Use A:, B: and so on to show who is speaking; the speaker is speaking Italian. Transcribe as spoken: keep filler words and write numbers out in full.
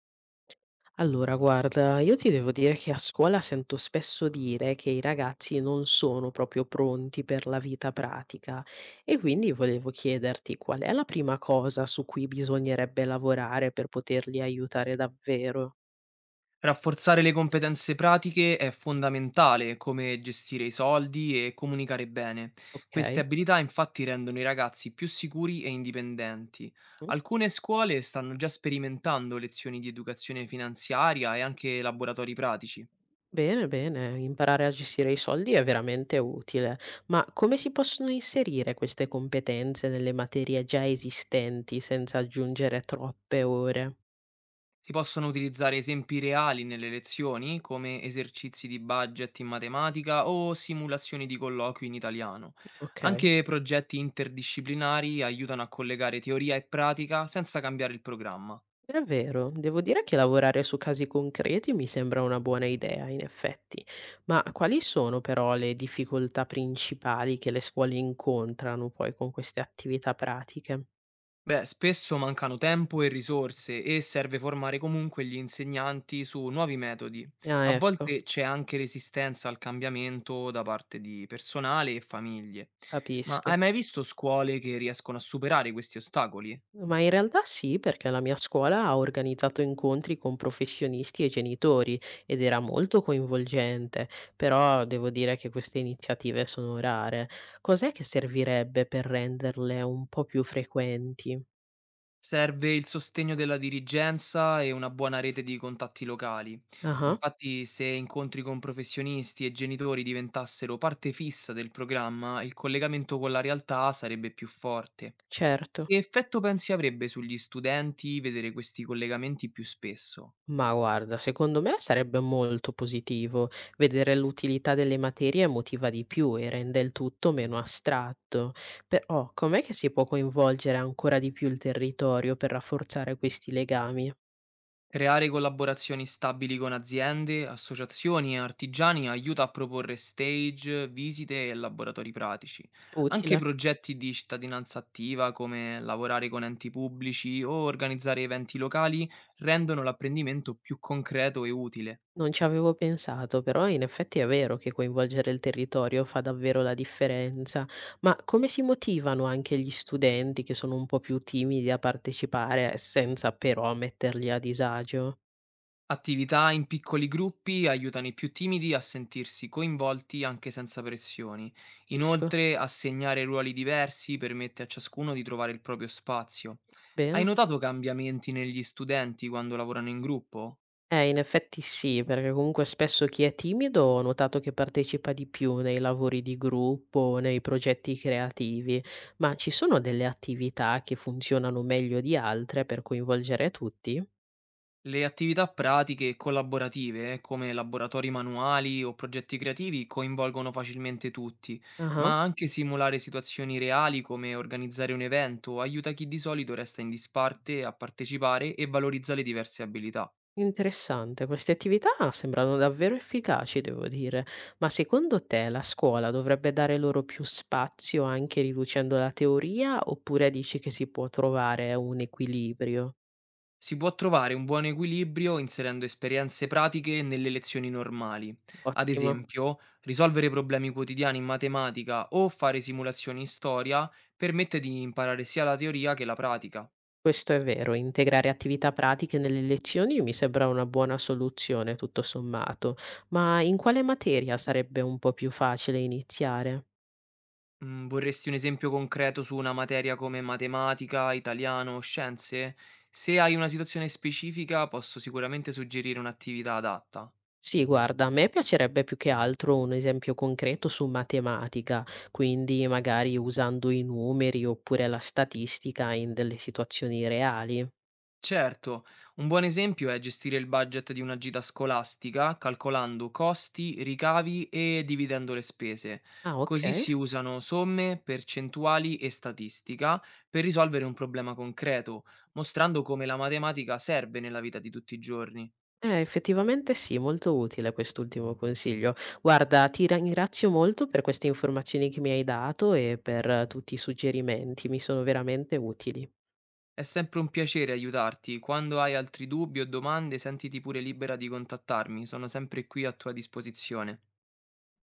A: Allora, guarda, io ti devo dire che a scuola sento spesso dire che i ragazzi non sono proprio pronti per la vita pratica e quindi volevo chiederti qual è la prima cosa su cui bisognerebbe lavorare per poterli aiutare davvero,
B: Rafforzare le competenze pratiche è fondamentale, come gestire i soldi e comunicare bene. Queste
A: ok?
B: abilità infatti rendono i ragazzi più sicuri e indipendenti.
A: Mm.
B: Alcune scuole stanno già sperimentando lezioni di educazione finanziaria e anche laboratori pratici.
A: Bene, bene, imparare a gestire i soldi è veramente utile, ma come si possono inserire queste competenze nelle materie già esistenti senza aggiungere troppe ore?
B: Si possono utilizzare esempi reali nelle lezioni, come esercizi di budget in matematica o simulazioni di colloqui in italiano.
A: Ok.
B: Anche progetti interdisciplinari aiutano a collegare teoria e pratica senza cambiare il programma.
A: È vero, devo dire che lavorare su casi concreti mi sembra una buona idea, in effetti, ma quali sono però le difficoltà principali che le scuole incontrano poi con queste attività pratiche?
B: Beh, spesso mancano tempo e risorse e serve formare comunque gli insegnanti su nuovi metodi.
A: Ah,
B: A
A: ecco,
B: volte c'è anche resistenza al cambiamento da parte di personale e famiglie. Ma
A: capisco.
B: hai mai visto scuole che riescono a superare questi ostacoli?
A: Ma in realtà sì, perché la mia scuola ha organizzato incontri con professionisti e genitori ed era molto coinvolgente, però devo dire che queste iniziative sono rare. Cos'è che servirebbe per renderle un po' più frequenti?
B: Serve il sostegno della dirigenza e una buona rete di contatti locali.
A: Ah.
B: Infatti, se incontri con professionisti e genitori diventassero parte fissa del programma, il collegamento con la realtà sarebbe più forte.
A: Certo.
B: Che effetto pensi avrebbe sugli studenti vedere questi collegamenti più spesso?
A: Ma guarda, secondo me sarebbe molto positivo. Vedere l'utilità delle materie motiva di più e rende il tutto meno astratto. Però com'è che si può coinvolgere ancora di più il territorio per rafforzare questi legami?
B: Creare collaborazioni stabili con aziende, associazioni e artigiani aiuta a proporre stage, visite e laboratori pratici. Anche
A: Utile.
B: progetti di cittadinanza attiva come lavorare con enti pubblici o organizzare eventi locali rendono l'apprendimento più concreto e utile.
A: Non ci avevo pensato, però in effetti è vero che coinvolgere il territorio fa davvero la differenza. Ma come si motivano anche gli studenti che sono un po' più timidi a partecipare senza però metterli a disagio?
B: Attività in piccoli gruppi aiutano i più timidi a sentirsi coinvolti anche senza pressioni.
A: Capisco.
B: Inoltre, assegnare ruoli diversi permette a ciascuno di trovare il proprio spazio. Hai
A: Bene.
B: notato cambiamenti negli studenti quando lavorano in gruppo?
A: Eh, in effetti sì, perché comunque spesso chi è timido ho notato che partecipa di più nei lavori di gruppo, nei progetti creativi, ma ci sono delle attività che funzionano meglio di altre per coinvolgere tutti?
B: Le attività pratiche e collaborative, come laboratori manuali o progetti creativi, coinvolgono facilmente tutti,
A: Ah,
B: ma anche simulare situazioni reali come organizzare un evento aiuta chi di solito resta in disparte a partecipare e valorizza le diverse abilità.
A: interessante, queste attività sembrano davvero efficaci, devo dire, ma secondo te la scuola dovrebbe dare loro più spazio anche riducendo la teoria oppure dici che si può trovare un equilibrio?
B: Si può trovare un buon equilibrio inserendo esperienze pratiche nelle lezioni normali, ad
A: Ottimo.
B: esempio risolvere problemi quotidiani in matematica o fare simulazioni in storia permette di imparare sia la teoria che la pratica.
A: Questo è vero, integrare attività pratiche nelle lezioni mi sembra una buona soluzione, tutto sommato, ma in quale materia sarebbe un po' più facile iniziare?
B: Mm, Vorresti un esempio concreto su una materia come matematica, italiano o scienze? Se hai una situazione specifica posso sicuramente suggerire un'attività adatta.
A: Sì, guarda, a me piacerebbe più che altro un esempio concreto su matematica, quindi magari usando i numeri oppure la statistica in delle situazioni reali.
B: Certo, un buon esempio è gestire il budget di una gita scolastica calcolando costi, ricavi e dividendo le spese.
A: Ah, ok.
B: Così si usano somme, percentuali e statistica per risolvere un problema concreto, mostrando come la matematica serve nella vita di tutti i giorni.
A: Eh, effettivamente sì, molto utile quest'ultimo consiglio. Guarda, ti ringrazio molto per queste informazioni che mi hai dato e per eh, tutti i suggerimenti, mi sono veramente utili.
B: È sempre un piacere aiutarti. Quando hai altri dubbi o domande, sentiti pure libera di contattarmi, sono sempre qui a tua disposizione.